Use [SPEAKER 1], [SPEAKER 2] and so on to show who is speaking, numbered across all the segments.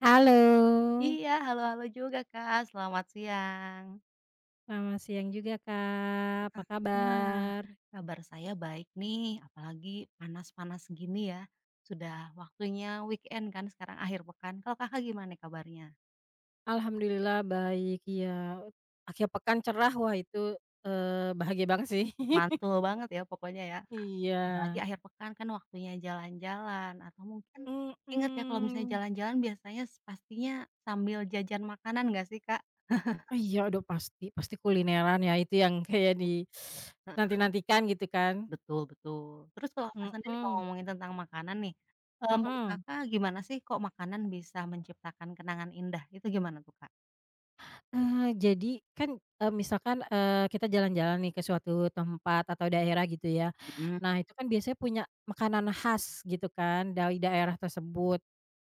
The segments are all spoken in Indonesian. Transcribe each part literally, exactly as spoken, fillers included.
[SPEAKER 1] Halo,
[SPEAKER 2] Iya, halo-halo juga Kak, selamat siang.
[SPEAKER 1] selamat siang juga, Kak, apa
[SPEAKER 2] Wah,
[SPEAKER 1] kabar?
[SPEAKER 2] kabar saya baik nih, apalagi panas-panas gini ya. Sudah waktunya weekend kan sekarang akhir pekan. Kalau Kakak gimana nih kabarnya?
[SPEAKER 1] Alhamdulillah baik, ya. Akhir pekan cerah, wah itu, eee, bahagia banget sih.
[SPEAKER 2] Mantul banget ya pokoknya ya.
[SPEAKER 1] Iya.
[SPEAKER 2] Apalagi akhir pekan kan waktunya jalan-jalan atau mungkin ingat ya kalau misalnya
[SPEAKER 1] Mhm.
[SPEAKER 2] jalan-jalan biasanya pastinya sambil jajan makanan nggak sih Kak?
[SPEAKER 1] Oh iya, aduh pasti pasti kulineran ya, itu yang kayak di nanti-nantikan gitu kan.
[SPEAKER 2] Betul betul. Terus kalau Kakak sendiri kalau
[SPEAKER 1] Mhm,
[SPEAKER 2] ngomongin tentang makanan nih, eee, menurut
[SPEAKER 1] mhm.
[SPEAKER 2] Kakak gimana sih kok makanan bisa menciptakan kenangan indah, itu gimana tuh, Kak?
[SPEAKER 1] Eee, jadi kan, eee, misalkan, eee, kita jalan-jalan nih ke suatu tempat atau daerah gitu ya.
[SPEAKER 2] Mhm,
[SPEAKER 1] Nah itu kan biasanya punya makanan khas gitu kan dari daerah tersebut.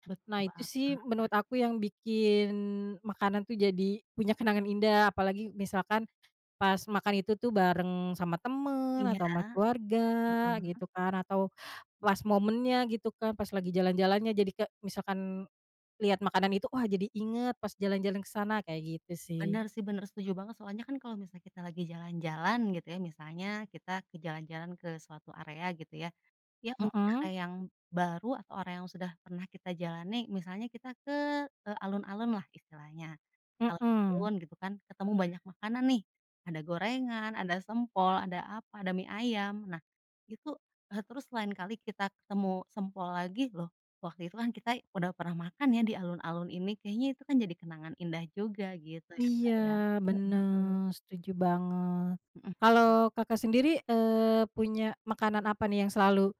[SPEAKER 2] betul
[SPEAKER 1] Nah itu sih
[SPEAKER 2] banget.
[SPEAKER 1] menurut aku yang bikin makanan tuh jadi punya kenangan indah, apalagi misalkan pas makan itu tuh bareng sama temen
[SPEAKER 2] Iya,
[SPEAKER 1] atau sama
[SPEAKER 2] heeh.
[SPEAKER 1] keluarga gitu kan, atau pas momennya gitu kan pas lagi jalan-jalannya, jadi ke misalkan lihat makanan itu, wah jadi inget pas jalan-jalan ke sana kayak gitu sih.
[SPEAKER 2] Bener sih, bener setuju banget soalnya kan kalau misalnya kita lagi jalan-jalan gitu ya, misalnya kita ke jalan-jalan ke suatu area gitu ya, ya mungkin
[SPEAKER 1] Mhm.
[SPEAKER 2] area yang baru atau area yang sudah pernah kita jalani, misalnya kita ke, eee, alun-alun lah istilahnya. Ulang tahun
[SPEAKER 1] Mhm,
[SPEAKER 2] gitu kan, ketemu banyak makanan nih, ada gorengan, ada sempol, ada apa, ada mie ayam. Nah, itu, eee, terus lain kali kita ketemu sempol lagi, loh waktu itu kan kita udah pernah makan ya di alun-alun ini, kayaknya itu kan jadi kenangan indah juga gitu ya, Kak,
[SPEAKER 1] iya
[SPEAKER 2] ya. Mhm.
[SPEAKER 1] bener, setuju banget.
[SPEAKER 2] Mhm
[SPEAKER 1] Kalau Kakak sendiri, eee, punya makanan apa nih yang selalu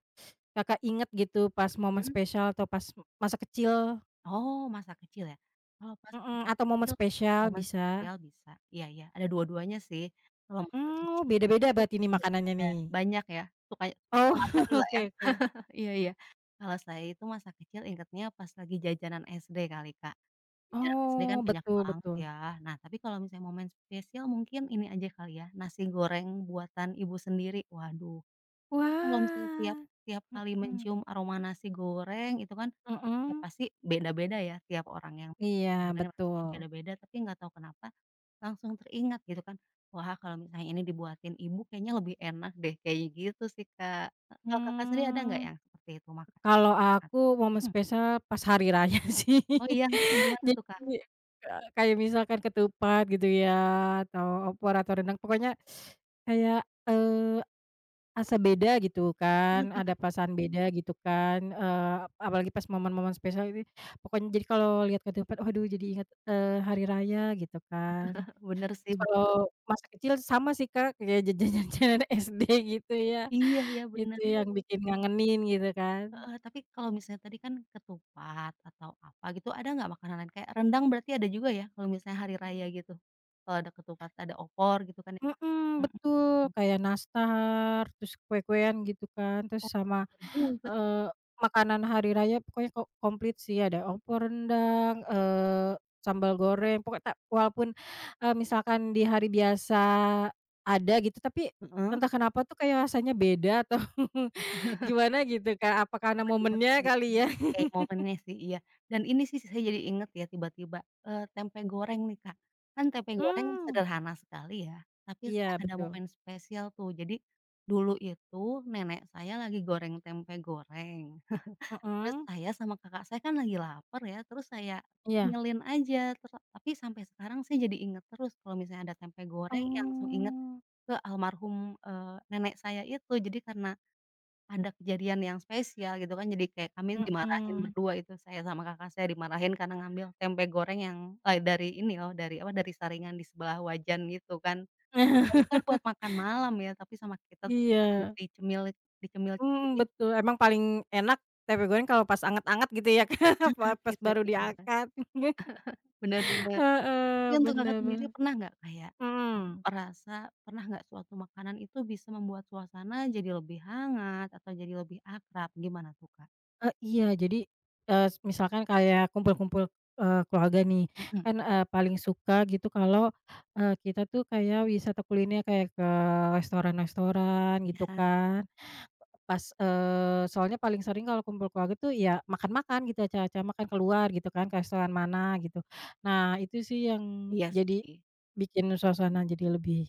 [SPEAKER 1] Kakak inget gitu pas momen
[SPEAKER 2] mhm.
[SPEAKER 1] spesial atau pas masa kecil?
[SPEAKER 2] Oh, masa kecil ya? Kalau pas
[SPEAKER 1] Mhm,
[SPEAKER 2] masa
[SPEAKER 1] atau momen
[SPEAKER 2] kecil,
[SPEAKER 1] spesial
[SPEAKER 2] momen
[SPEAKER 1] bisa.
[SPEAKER 2] spesial bisa. Iya iya, ada dua-duanya sih. Kalau masa
[SPEAKER 1] Oh,
[SPEAKER 2] kecil
[SPEAKER 1] beda-beda
[SPEAKER 2] itu
[SPEAKER 1] berarti nih makanannya
[SPEAKER 2] bener-bener
[SPEAKER 1] nih?
[SPEAKER 2] banyak ya, sukanya sukanya
[SPEAKER 1] Oh,
[SPEAKER 2] makan lah ya.
[SPEAKER 1] oke oke.
[SPEAKER 2] Iya iya. Kalau saya itu masa kecil ingetnya pas lagi jajanan S D kali, Kak. Jajanan S D kan
[SPEAKER 1] Oh,
[SPEAKER 2] banyak
[SPEAKER 1] betul
[SPEAKER 2] banget
[SPEAKER 1] betul.
[SPEAKER 2] ya. Nah, tapi kalau misalnya momen spesial mungkin ini aja kali ya, nasi goreng buatan ibu sendiri. Waduh, ini kalau misalnya tiap
[SPEAKER 1] Wah.
[SPEAKER 2] tiap kali
[SPEAKER 1] Mhm,
[SPEAKER 2] mencium aroma nasi goreng itu kan ya
[SPEAKER 1] mhm,
[SPEAKER 2] pasti beda-beda ya tiap orang yang
[SPEAKER 1] iya
[SPEAKER 2] sebenarnya rasanya
[SPEAKER 1] betul.
[SPEAKER 2] beda-beda tapi nggak tahu kenapa langsung teringat gitu kan, wah kalau misalnya ini dibuatin ibu kayaknya lebih enak deh kayak gitu sih, Kak. Eee, kalau Kakak sendiri ada nggak
[SPEAKER 1] Mmm.
[SPEAKER 2] yang seperti itu makan?
[SPEAKER 1] Kalau
[SPEAKER 2] Ingat?
[SPEAKER 1] aku momen
[SPEAKER 2] Mhm,
[SPEAKER 1] spesial pas hari raya sih.
[SPEAKER 2] oh iya, mhm, gimana
[SPEAKER 1] Jadi,
[SPEAKER 2] tuh, Kak?
[SPEAKER 1] eee, kayak misalkan ketupat gitu ya, atau opor, atau rendang, pokoknya kayak, eee, asa beda gitu
[SPEAKER 2] Bener
[SPEAKER 1] kan,
[SPEAKER 2] ya,
[SPEAKER 1] ada perasaan beda gitu kan, eee, apalagi pas momen-momen spesial ini. Pokoknya jadi kalau lihat ketupat, waduh jadi ingat eee, hari raya gitu kan.
[SPEAKER 2] bener sih
[SPEAKER 1] Terus
[SPEAKER 2] bener.
[SPEAKER 1] kalau masa kecil sama sih Kak, kayak jajan-jajanan S D gitu ya,
[SPEAKER 2] Iya iya
[SPEAKER 1] itu
[SPEAKER 2] bener,
[SPEAKER 1] yang bikin ngangenin gitu kan.
[SPEAKER 2] heeh, tapi kalau misalnya tadi kan ketupat atau apa gitu ada nggak makanan lain kayak rendang berarti ada juga ya kalau misalnya hari raya gitu? Kalau ada ketupat, ada opor gitu kan ya?
[SPEAKER 1] Mhm,
[SPEAKER 2] Mhm mhm.
[SPEAKER 1] betul. Kayak nastar, terus kue-kuean gitu kan, terus sama,
[SPEAKER 2] Bener juga.
[SPEAKER 1] eee, makanan hari raya pokoknya ko komplit sih, ada opor rendang, eee, sambal goreng, pokoknya tak walaupun, eee, misalkan di hari biasa ada gitu, tapi
[SPEAKER 2] Mhm.
[SPEAKER 1] entah kenapa tuh kayak rasanya beda atau gimana gitu Kak, apa karena
[SPEAKER 2] Bener
[SPEAKER 1] momennya
[SPEAKER 2] sih,
[SPEAKER 1] kali ya?
[SPEAKER 2] kayak momennya sih, iya. Dan ini sih saya jadi inget ya tiba-tiba, eee, tempe goreng nih, Kak. Kan tempe goreng
[SPEAKER 1] Mmm,
[SPEAKER 2] sederhana sekali ya, tapi saya
[SPEAKER 1] iya
[SPEAKER 2] ada
[SPEAKER 1] betul.
[SPEAKER 2] momen spesial tuh. Jadi dulu itu nenek saya lagi goreng tempe goreng, terus
[SPEAKER 1] Mhm,
[SPEAKER 2] saya sama kakak saya kan lagi lapar ya, terus saya
[SPEAKER 1] iya.
[SPEAKER 2] ngemilin aja, terus tapi sampai sekarang saya jadi inget terus kalau misalnya ada tempe goreng ya langsung inget
[SPEAKER 1] Oh,
[SPEAKER 2] ke almarhum, eee, nenek saya itu. Jadi karena ada kejadian yang spesial gitu kan, jadi kayak kami dimarahin
[SPEAKER 1] mhm.
[SPEAKER 2] berdua itu, saya sama kakak saya dimarahin karena ngambil tempe goreng yang, eee, dari ini loh, dari apa, dari saringan di sebelah wajan gitu kan. Tapi kan buat makan malam ya, tapi sama kita tuh
[SPEAKER 1] Iya.
[SPEAKER 2] dicemil dicemil-cemil
[SPEAKER 1] Mhm,
[SPEAKER 2] gitu,
[SPEAKER 1] betul. Emang paling enak tempe goreng kalau pas anget-anget gitu ya, Kak, pa pas
[SPEAKER 2] itu
[SPEAKER 1] baru
[SPEAKER 2] dia.
[SPEAKER 1] diangkat.
[SPEAKER 2] Benar bener. Tapi
[SPEAKER 1] Heeh,
[SPEAKER 2] untuk Kakak
[SPEAKER 1] bener
[SPEAKER 2] sendiri
[SPEAKER 1] bener.
[SPEAKER 2] pernah nggak kayak
[SPEAKER 1] Mhm.
[SPEAKER 2] merasa pernah nggak suatu makanan itu bisa membuat suasana jadi lebih hangat atau jadi lebih akrab, gimana tuh Kak?
[SPEAKER 1] Eee, iya, jadi, eee, s misalkan kayak kumpul-kumpul, eee, keluarga nih,
[SPEAKER 2] Mhm.
[SPEAKER 1] kan, eee, paling suka gitu kalau, eee, kita tuh kayak wisata kuliner kayak ke restoran-restoran gitu
[SPEAKER 2] Iya
[SPEAKER 1] kan. Pas, eee, soalnya paling sering kalau kumpul keluarga tuh ya makan-makan gitu, acara-acara makan keluar gitu kan, ke restoran mana gitu. Nah itu sih yang
[SPEAKER 2] iya
[SPEAKER 1] jadi
[SPEAKER 2] sih.
[SPEAKER 1] bikin suasana jadi lebih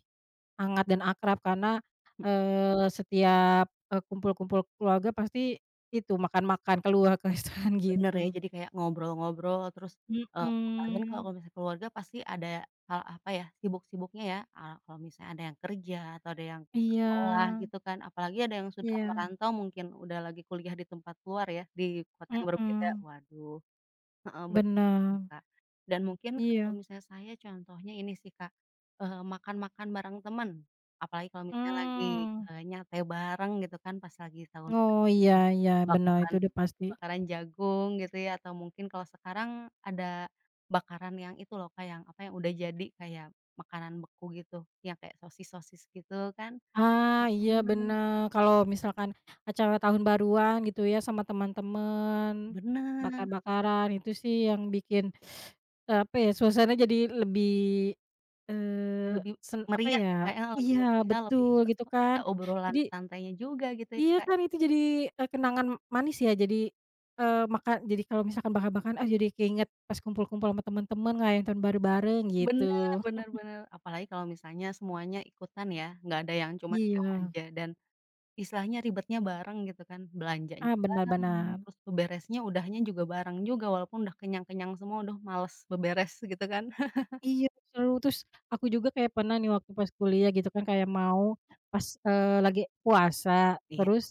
[SPEAKER 1] hangat dan akrab karena, eee, setiap, eee, kumpul-kumpul keluarga pasti itu makan-makan, keluar ke restoran
[SPEAKER 2] Bener ya,
[SPEAKER 1] gitu.
[SPEAKER 2] jadi kayak ngobrol-ngobrol terus, eee, apalagi kan
[SPEAKER 1] Mhm,
[SPEAKER 2] kalau misalnya keluarga pasti ada hal, apa ya, sibuk-sibuknya ya, eee, kalau misalnya ada yang kerja atau ada yang
[SPEAKER 1] iya
[SPEAKER 2] sekolah gitu kan, apalagi ada yang sudah
[SPEAKER 1] iya,
[SPEAKER 2] merantau mungkin udah lagi kuliah di tempat luar ya, di kota yang berbeda,
[SPEAKER 1] mhm,
[SPEAKER 2] waduh heeh, bener sih,
[SPEAKER 1] bener,
[SPEAKER 2] Kak. Dan mungkin kalau
[SPEAKER 1] iya,
[SPEAKER 2] misalnya saya contohnya ini sih, Kak, eee, makan-makan bareng temen, apalagi kalau misalnya lagi,
[SPEAKER 1] mmm,
[SPEAKER 2] eee, nyantai bareng gitu kan pas lagi tahun
[SPEAKER 1] oh
[SPEAKER 2] baru
[SPEAKER 1] iya
[SPEAKER 2] gitu,
[SPEAKER 1] iya bener
[SPEAKER 2] bakalan
[SPEAKER 1] itu udah pasti.
[SPEAKER 2] bakaran jagung gitu ya atau mungkin kalau sekarang ada bakaran yang itu loh kayak yang apa, yang udah jadi kayak makanan beku gitu, yang kayak sosis-sosis gitu kan.
[SPEAKER 1] Ah, iya
[SPEAKER 2] Heeh.
[SPEAKER 1] bener. Kalau misalkan acara tahun baruan gitu ya sama teman-teman,
[SPEAKER 2] Bener,
[SPEAKER 1] bakar-bakaran itu sih yang bikin, eee, apa ya, suasana jadi lebih, eee,
[SPEAKER 2] lebih
[SPEAKER 1] sen apa
[SPEAKER 2] meriah
[SPEAKER 1] ya,
[SPEAKER 2] ya Kak, ya, lebih
[SPEAKER 1] iya
[SPEAKER 2] meriah, lebih
[SPEAKER 1] betul
[SPEAKER 2] terus
[SPEAKER 1] gitu kan.
[SPEAKER 2] ada obrolan
[SPEAKER 1] Jadi
[SPEAKER 2] santainya juga gitu ya
[SPEAKER 1] iya
[SPEAKER 2] Kak.
[SPEAKER 1] kan itu jadi, eee, kenangan manis ya, jadi, eee, maka jadi kalau misalkan bakar-bakaran, ah, jadi keinget pas kumpul-kumpul sama teman-teman, yang tahun baru bareng
[SPEAKER 2] Bener
[SPEAKER 1] gitu.
[SPEAKER 2] bener bener, apalagi kalau misalnya semuanya ikutan ya, nggak ada yang cuma diam
[SPEAKER 1] Iya.
[SPEAKER 2] aja dan istilahnya ribetnya bareng gitu kan, belanjanya
[SPEAKER 1] Ah, benar
[SPEAKER 2] bareng, mhm,
[SPEAKER 1] benar.
[SPEAKER 2] terus beberesnya udahnya juga bareng juga walaupun udah kenyang-kenyang semua, udah males beberes gitu kan.
[SPEAKER 1] Iya, seru. Terus aku juga kayak pernah nih waktu pas kuliah gitu kan kayak mau pas, eee, lagi puasa
[SPEAKER 2] Iya,
[SPEAKER 1] terus,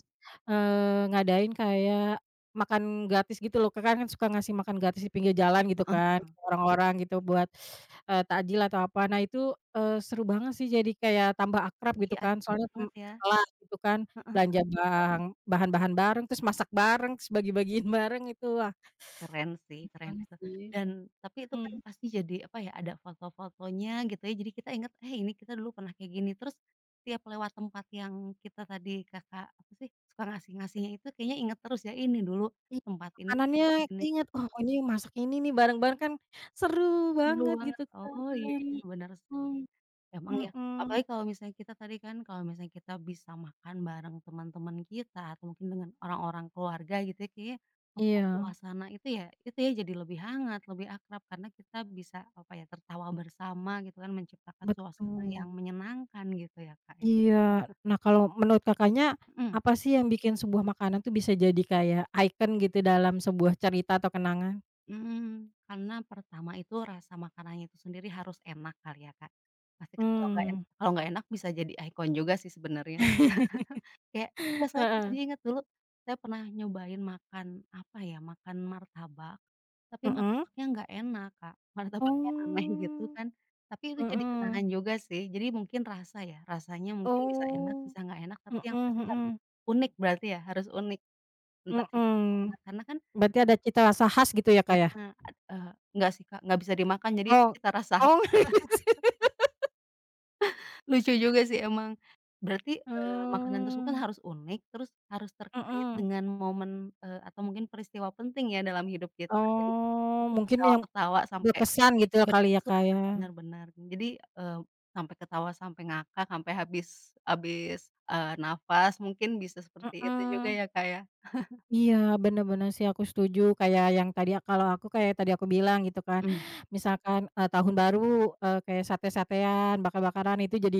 [SPEAKER 1] eee, ngadain kayak makan gratis gitu loh, Kakak kan suka ngasih makan gratis di pinggir jalan gitu
[SPEAKER 2] heeh,
[SPEAKER 1] kan ke orang-orang gitu buat, eee, takjil atau apa. Nah itu, eee, seru banget sih jadi kayak tambah akrab gitu
[SPEAKER 2] iya
[SPEAKER 1] kan,
[SPEAKER 2] asik
[SPEAKER 1] soalnya tem
[SPEAKER 2] banget ya,
[SPEAKER 1] sekelas gitu kan
[SPEAKER 2] heeh,
[SPEAKER 1] belanja bang bahan-bahan bareng, terus masak bareng, terus bagi-bagiin bareng itu, wah,
[SPEAKER 2] keren sih, keren
[SPEAKER 1] keren
[SPEAKER 2] itu.
[SPEAKER 1] sih.
[SPEAKER 2] Dan tapi itu kan
[SPEAKER 1] Mhm.
[SPEAKER 2] pasti jadi apa ya, ada foto-fotonya gitu ya, jadi kita inget, "Eh ini kita dulu pernah kayak gini." Terus tiap lewat tempat yang kita tadi Kakak apa sih, suka ngasih-ngasihnya itu kayaknya inget terus ya, "Ini dulu
[SPEAKER 1] Iya,
[SPEAKER 2] tempat ini,
[SPEAKER 1] makanannya
[SPEAKER 2] ini."
[SPEAKER 1] keinget, "Oh ini masak ini nih bareng-bareng kan seru
[SPEAKER 2] Dulu
[SPEAKER 1] banget,"
[SPEAKER 2] banget,
[SPEAKER 1] gitu kan.
[SPEAKER 2] oh iya benar.
[SPEAKER 1] Mhm,
[SPEAKER 2] Emang ya,
[SPEAKER 1] mhm.
[SPEAKER 2] apalagi kalau misalnya kita tadi kan, kalau misalnya kita bisa makan bareng teman-teman kita atau mungkin dengan orang-orang keluarga gitu ya, kayaknya membuat
[SPEAKER 1] Iya,
[SPEAKER 2] suasana itu ya, itu ya jadi lebih hangat, lebih akrab karena kita bisa apa ya, tertawa bersama gitu kan, menciptakan suasana
[SPEAKER 1] betul.
[SPEAKER 2] yang menyenangkan gitu ya, Kak, ya.
[SPEAKER 1] Iya. Nah kalau menurut Kakaknya,
[SPEAKER 2] Mhm,
[SPEAKER 1] apa sih yang bikin sebuah makanan tuh bisa jadi kayak ikon gitu dalam sebuah cerita atau kenangan?
[SPEAKER 2] mmm, karena pertama itu rasa makanannya itu sendiri harus enak kali ya, Kak. Pasti kan kalau nggak enak
[SPEAKER 1] Mmm,
[SPEAKER 2] kalau nggak enak bisa jadi ikon juga sih sebenarnya. Kayak iya, soalnya saya tuh jadi
[SPEAKER 1] heeh,
[SPEAKER 2] inget dulu, saya pernah nyobain makan, apa ya, makan martabak, tapi
[SPEAKER 1] mhm?
[SPEAKER 2] martabaknya nggak enak, Kak. Martabaknya aneh gitu
[SPEAKER 1] Oh,
[SPEAKER 2] kan, tapi itu jadi kenangan
[SPEAKER 1] mhm,
[SPEAKER 2] juga sih. Jadi mungkin rasa ya, rasanya mungkin bisa enak,
[SPEAKER 1] oh,
[SPEAKER 2] bisa nggak enak, tapi
[SPEAKER 1] mhm
[SPEAKER 2] yang pasti harus
[SPEAKER 1] mhm,
[SPEAKER 2] unik berarti ya, harus unik. Entah itu
[SPEAKER 1] mhm.
[SPEAKER 2] karena karena kan
[SPEAKER 1] Berarti ada cita rasa khas gitu ya, Kak, ya?
[SPEAKER 2] nah, ad eee, enggak sih, Kak, nggak bisa dimakan, jadi itu
[SPEAKER 1] Oh
[SPEAKER 2] cita rasa
[SPEAKER 1] oh.
[SPEAKER 2] lucu juga sih emang. Berarti, eee, makanan tersebut kan
[SPEAKER 1] Mmm,
[SPEAKER 2] harus unik, terus harus terkait
[SPEAKER 1] mhm.
[SPEAKER 2] dengan momen, eee, atau mungkin peristiwa penting ya dalam hidup kita. Jadi
[SPEAKER 1] Oh,
[SPEAKER 2] itu
[SPEAKER 1] mungkin yang
[SPEAKER 2] ketawa-ketawa sampai
[SPEAKER 1] berkesan gitu ya kali ya,
[SPEAKER 2] berkesan,
[SPEAKER 1] Kak, ya?
[SPEAKER 2] benar-benar. Jadi, eee, sampai ketawa, sampai ngakak, sampai habis habis, eee, nafas mungkin bisa seperti itu juga
[SPEAKER 1] Mhm.
[SPEAKER 2] ya, Kak, ya?
[SPEAKER 1] Iya, bener bener sih aku setuju, kayak yang tadi kalau aku kayak tadi aku bilang gitu kan,
[SPEAKER 2] Mhm.
[SPEAKER 1] misalkan, eee, tahun baru, eee, kayak sate-satean, bakar-bakaran itu jadi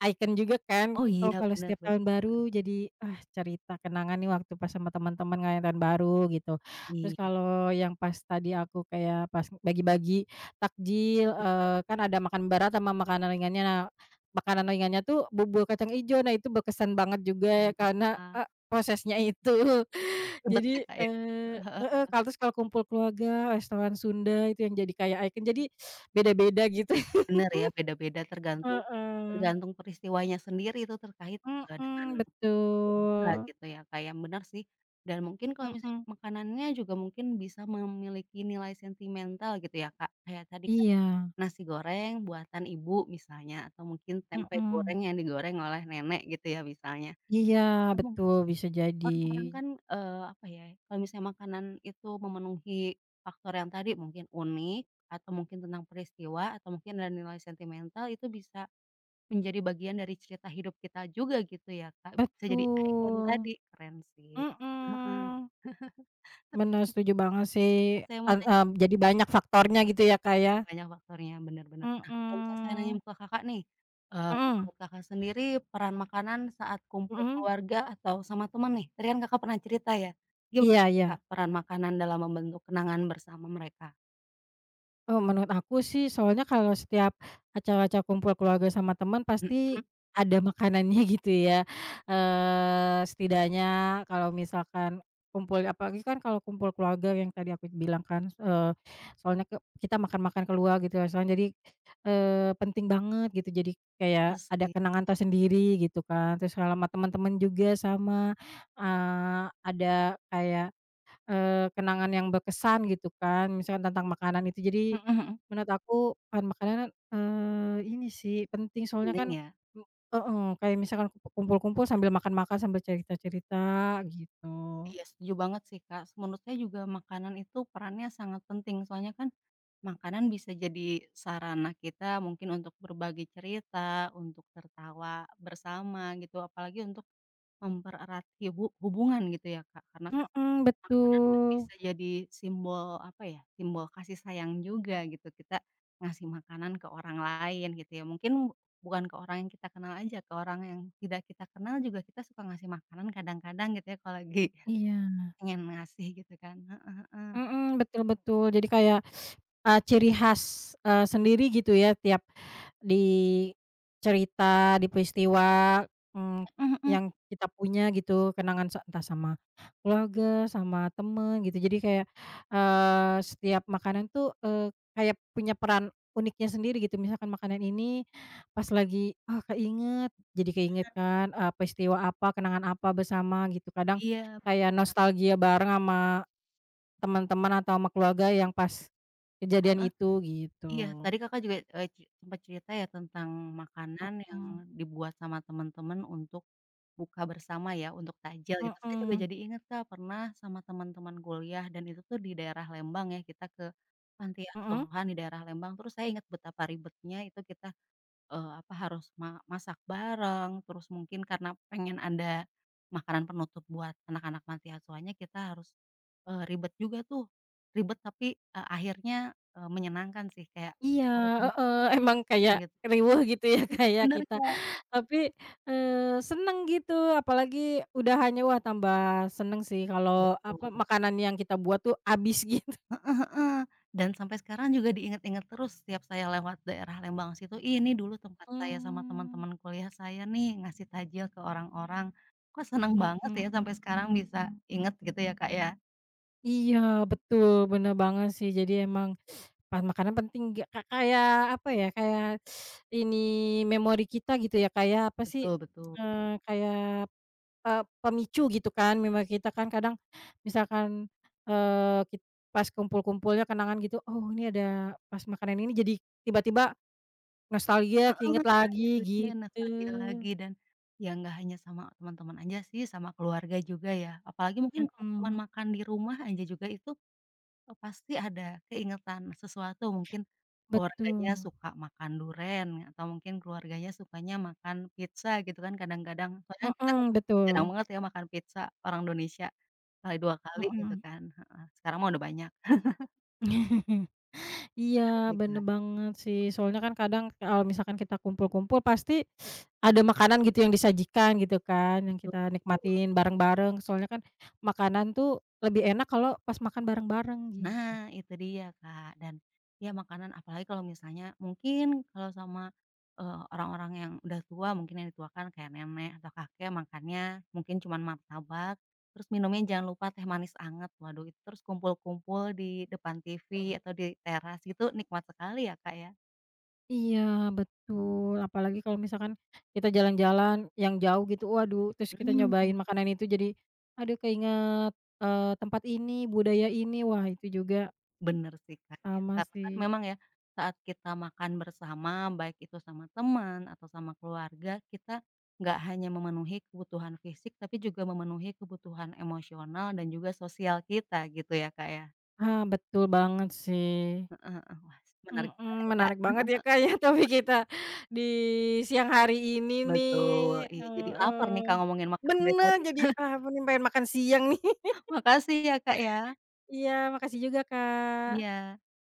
[SPEAKER 1] icon juga kan,
[SPEAKER 2] Oh
[SPEAKER 1] oh
[SPEAKER 2] iya,
[SPEAKER 1] kalau
[SPEAKER 2] benar
[SPEAKER 1] setiap
[SPEAKER 2] benar.
[SPEAKER 1] tahun baru jadi, ah, cerita kenangan nih waktu pas sama teman-teman ngerayain tahun baru gitu. Terus
[SPEAKER 2] Iya,
[SPEAKER 1] kalau yang pas tadi aku kayak pas bagi-bagi takjil, eee, kan ada makan berat sama makanan ringannya. Nah, makanan ringannya tuh bubur kacang ijo, nah itu berkesan banget juga ya, karena,
[SPEAKER 2] wah,
[SPEAKER 1] eee, prosesnya itu.
[SPEAKER 2] ribet ya,
[SPEAKER 1] Jadi,
[SPEAKER 2] Kak, ya?
[SPEAKER 1] eee heeh, kalau terus kalau kumpul keluarga, restoran Sunda itu yang jadi kayak icon, jadi beda-beda gitu.
[SPEAKER 2] Bener ya, beda-beda tergantung
[SPEAKER 1] Heeh.
[SPEAKER 2] tergantung peristiwanya sendiri itu terkait, eee, dengan
[SPEAKER 1] Mhm,
[SPEAKER 2] seperti apa
[SPEAKER 1] betul.
[SPEAKER 2] gitu ya, kayak ya, bener sih. Dan mungkin kalau misalnya
[SPEAKER 1] Mhm.
[SPEAKER 2] makanannya juga mungkin bisa memiliki nilai sentimental gitu ya, Kak, kayak tadi kan
[SPEAKER 1] Iya.
[SPEAKER 2] nasi goreng buatan ibu misalnya atau mungkin tempe
[SPEAKER 1] Mhm.
[SPEAKER 2] goreng yang digoreng oleh nenek gitu ya misalnya,
[SPEAKER 1] Iya,
[SPEAKER 2] atau
[SPEAKER 1] betul, bisa jadi.
[SPEAKER 2] orang-orang kan, eee, apa ya, kalau misalnya makanan itu memenuhi faktor yang tadi mungkin unik, atau mungkin tentang peristiwa, atau mungkin ada nilai sentimental itu bisa menjadi bagian dari cerita hidup kita juga gitu ya Kak, bisa jadi ikon
[SPEAKER 1] Betul.
[SPEAKER 2] tadi, keren sih.
[SPEAKER 1] Mhm.
[SPEAKER 2] Tapi
[SPEAKER 1] Bener,
[SPEAKER 2] nih
[SPEAKER 1] setuju banget sih,
[SPEAKER 2] Kak, saya mau
[SPEAKER 1] ed
[SPEAKER 2] nanya
[SPEAKER 1] eee, jadi banyak faktornya gitu ya, Kak, ya?
[SPEAKER 2] jadi banyak faktornya, bener bener. Nah, kalau misalnya saya nanya
[SPEAKER 1] Mhm.
[SPEAKER 2] ke Kakak nih, eee,
[SPEAKER 1] Mhm.
[SPEAKER 2] menurut Kakak sendiri peran makanan saat kumpul
[SPEAKER 1] Mhm?
[SPEAKER 2] keluarga atau sama teman nih, tadi kan Kakak pernah cerita ya, gimana
[SPEAKER 1] Iya
[SPEAKER 2] tuh
[SPEAKER 1] iya.
[SPEAKER 2] Kak peran makanan dalam membentuk kenangan bersama mereka?
[SPEAKER 1] Oh, menurut aku sih soalnya kalau setiap acara-acara kumpul keluarga sama teman pasti
[SPEAKER 2] Mhm,
[SPEAKER 1] ada makanannya gitu ya, eee, setidaknya kalau misalkan kumpul, apalagi kan kalau kumpul keluarga yang tadi aku bilang kan, eee, soalnya ke kita makan-makan keluar gitu ya. Soalnya jadi, eee, penting banget gitu, jadi kayak
[SPEAKER 2] terus
[SPEAKER 1] ada kenangan tersendiri gitu kan. Terus kalau sama teman-teman juga sama, eee, ada kayak Eee, kenangan yang berkesan gitu kan, misalkan tentang makanan itu. Jadi,
[SPEAKER 2] mhm mhm,
[SPEAKER 1] menurut aku bahan makanan, eee, ini sih penting soalnya
[SPEAKER 2] penting
[SPEAKER 1] kan
[SPEAKER 2] ya?
[SPEAKER 1] m heeh, kayak misalkan kumpu kumpul-kumpul sambil makan-makan, sambil cerita-cerita gitu.
[SPEAKER 2] Iya setuju banget sih Kak, menurut saya juga makanan itu perannya sangat penting, soalnya kan makanan bisa jadi sarana kita mungkin untuk berbagi cerita, untuk tertawa bersama gitu, apalagi untuk mempererat hibu hubungan gitu ya, Kak? Karena kan
[SPEAKER 1] Mhm,
[SPEAKER 2] makanan kan
[SPEAKER 1] betul.
[SPEAKER 2] bisa jadi simbol, apa ya, simbol kasih sayang juga gitu, kita ngasih makanan ke orang lain gitu ya. Mungkin bukan ke orang yang kita kenal aja, ke orang yang tidak kita kenal juga kita suka ngasih makanan kadang-kadang gitu ya kalau lagi
[SPEAKER 1] Iya.
[SPEAKER 2] pengen ngasih gitu kan, heeh heeh.
[SPEAKER 1] Mhm, betul betul. Jadi kayak, eee, ciri khas, eee, sendiri gitu ya tiap di cerita, di peristiwa, mmm,
[SPEAKER 2] Mhm mhm,
[SPEAKER 1] yang kita punya gitu kenangan sa entah sama keluarga, sama temen gitu. Jadi kayak, eee, setiap makanan tuh, eee, kayak punya peran uniknya sendiri gitu. Misalkan makanan ini pas lagi, ah, keinget, jadi keinget kan, eee, peristiwa apa, kenangan apa bersama gitu. Kadang
[SPEAKER 2] iya,
[SPEAKER 1] kayak nostalgia bareng sama teman-teman atau sama keluarga yang pas kejadian
[SPEAKER 2] heeh,
[SPEAKER 1] itu
[SPEAKER 2] iya.
[SPEAKER 1] gitu.
[SPEAKER 2] Tadi Kakak juga, eee, ce sempat cerita ya tentang makanan yang
[SPEAKER 1] Mhm,
[SPEAKER 2] dibuat sama teman-teman untuk buka bersama ya untuk takjil gitu. Saya juga
[SPEAKER 1] mhm,
[SPEAKER 2] jadi inget Kak pernah sama teman-teman kuliah dan itu tuh di daerah Lembang ya, kita ke panti
[SPEAKER 1] mhm.
[SPEAKER 2] asuhan di daerah Lembang, terus saya inget betapa ribetnya itu kita, eee, apa, harus ma masak bareng, terus mungkin karena pengen ada makanan penutup buat anak-anak panti asuhannya kita harus, eee, ribet juga tuh. Ribet tapi, eee, akhirnya, eee, menyenangkan sih kayak
[SPEAKER 1] Iya,
[SPEAKER 2] harus
[SPEAKER 1] heeh,
[SPEAKER 2] mempersiapkan
[SPEAKER 1] emang kayak
[SPEAKER 2] gitu.
[SPEAKER 1] riweuh gitu ya kayak
[SPEAKER 2] Bener
[SPEAKER 1] kita,
[SPEAKER 2] Kak,
[SPEAKER 1] tapi, eee, seneng gitu apalagi udahannya, wah tambah seneng sih kalau apa
[SPEAKER 2] betul
[SPEAKER 1] makanan yang kita buat tuh habis gitu.
[SPEAKER 2] heeh, dan sampai sekarang juga diingat-ingat terus setiap saya lewat daerah Lembang situ, "Ih, ini dulu tempat saya sama
[SPEAKER 1] Mmm,
[SPEAKER 2] teman-teman kuliah saya nih ngasih takjil ke orang-orang." Kok seneng banget
[SPEAKER 1] mhm.
[SPEAKER 2] ya sampai sekarang bisa inget gitu ya, Kak, ya?
[SPEAKER 1] Iya betul, bener banget sih jadi emang pan makanan penting nggak Kak, kayak apa ya, kayak ini memori kita gitu ya, kayak apa sih,
[SPEAKER 2] Betul betul.
[SPEAKER 1] eee, kayak, eee, pemicu gitu kan memori kita kan kadang misalkan, eee, kit pas kumpul-kumpulnya kenangan gitu, "Oh ini ada pas makanan ini," jadi tiba-tiba nostalgia
[SPEAKER 2] Heeh,
[SPEAKER 1] keinget
[SPEAKER 2] nah
[SPEAKER 1] lagi
[SPEAKER 2] itu dia nostalgia
[SPEAKER 1] gitu.
[SPEAKER 2] lagi dan ya nggak hanya sama teman-teman aja sih, sama keluarga juga ya. Apalagi mungkin kalau cuman
[SPEAKER 1] Mhm,
[SPEAKER 2] makan di rumah aja juga itu oh, pasti ada keingetan sesuatu mungkin keluarganya
[SPEAKER 1] betul.
[SPEAKER 2] suka makan duren atau mungkin keluarganya sukanya makan pizza gitu kan kadang-kadang soalnya kita
[SPEAKER 1] Mhm,
[SPEAKER 2] nggak jarang
[SPEAKER 1] betul.
[SPEAKER 2] banget ya makan pizza orang Indonesia, kali dua kali gitu
[SPEAKER 1] Mhm.
[SPEAKER 2] kan, heeh, sekarang mah udah banyak, bener
[SPEAKER 1] Iya,
[SPEAKER 2] sih
[SPEAKER 1] bener
[SPEAKER 2] Kak,
[SPEAKER 1] banget sih. Soalnya kan kadang kalau misalkan kita kumpul-kumpul pasti ada makanan gitu yang disajikan gitu kan, yang
[SPEAKER 2] betul
[SPEAKER 1] kita
[SPEAKER 2] betul.
[SPEAKER 1] nikmatin bareng-bareng. Soalnya kan makanan tuh lebih enak kalau pas makan bareng-bareng gitu.
[SPEAKER 2] Nah, itu dia Kak, dan ya makanan apalagi kalau misalnya mungkin kalau sama, eee, orang-orang yang udah tua mungkin yang dituakan kayak nenek atau kakek makannya mungkin cuman martabak, terus minumnya jangan lupa teh manis anget, waduh itu terus kumpul-kumpul di depan T V atau di teras gitu nikmat sekali ya Kak ya.
[SPEAKER 1] Iya, betul. Apalagi kalau misalkan kita jalan-jalan yang jauh gitu, waduh, terus kita
[SPEAKER 2] Mhm.
[SPEAKER 1] nyobain makanan itu jadi aduh keinget, eee, tempat ini, budaya ini. Wah, itu juga
[SPEAKER 2] Bener sih, Kak, iya.
[SPEAKER 1] sama
[SPEAKER 2] Karena kan
[SPEAKER 1] sih.
[SPEAKER 2] memang ya, saat kita makan bersama, baik itu sama teman atau sama keluarga, kita nggak hanya memenuhi kebutuhan fisik, tapi juga memenuhi kebutuhan emosional dan juga sosial kita gitu ya, Kak, ya?
[SPEAKER 1] Ah, betul banget sih.
[SPEAKER 2] Heeh heeh. Wah, menarik sekali,
[SPEAKER 1] Mhm,
[SPEAKER 2] Kak.
[SPEAKER 1] menarik banget
[SPEAKER 2] Heeh
[SPEAKER 1] ya,
[SPEAKER 2] heeh.
[SPEAKER 1] Kak, ya, topik kita di siang hari ini nih,
[SPEAKER 2] Betul, iya, jadi lapar nih,
[SPEAKER 1] heeh.
[SPEAKER 2] Kak, ngomongin makanan dari
[SPEAKER 1] Bener,
[SPEAKER 2] tadi.
[SPEAKER 1] jadi, ah, ampun nih pengen makan siang nih.
[SPEAKER 2] Makasih ya, Kak, ya.
[SPEAKER 1] Iya, makasih juga, Kak.
[SPEAKER 2] Iya.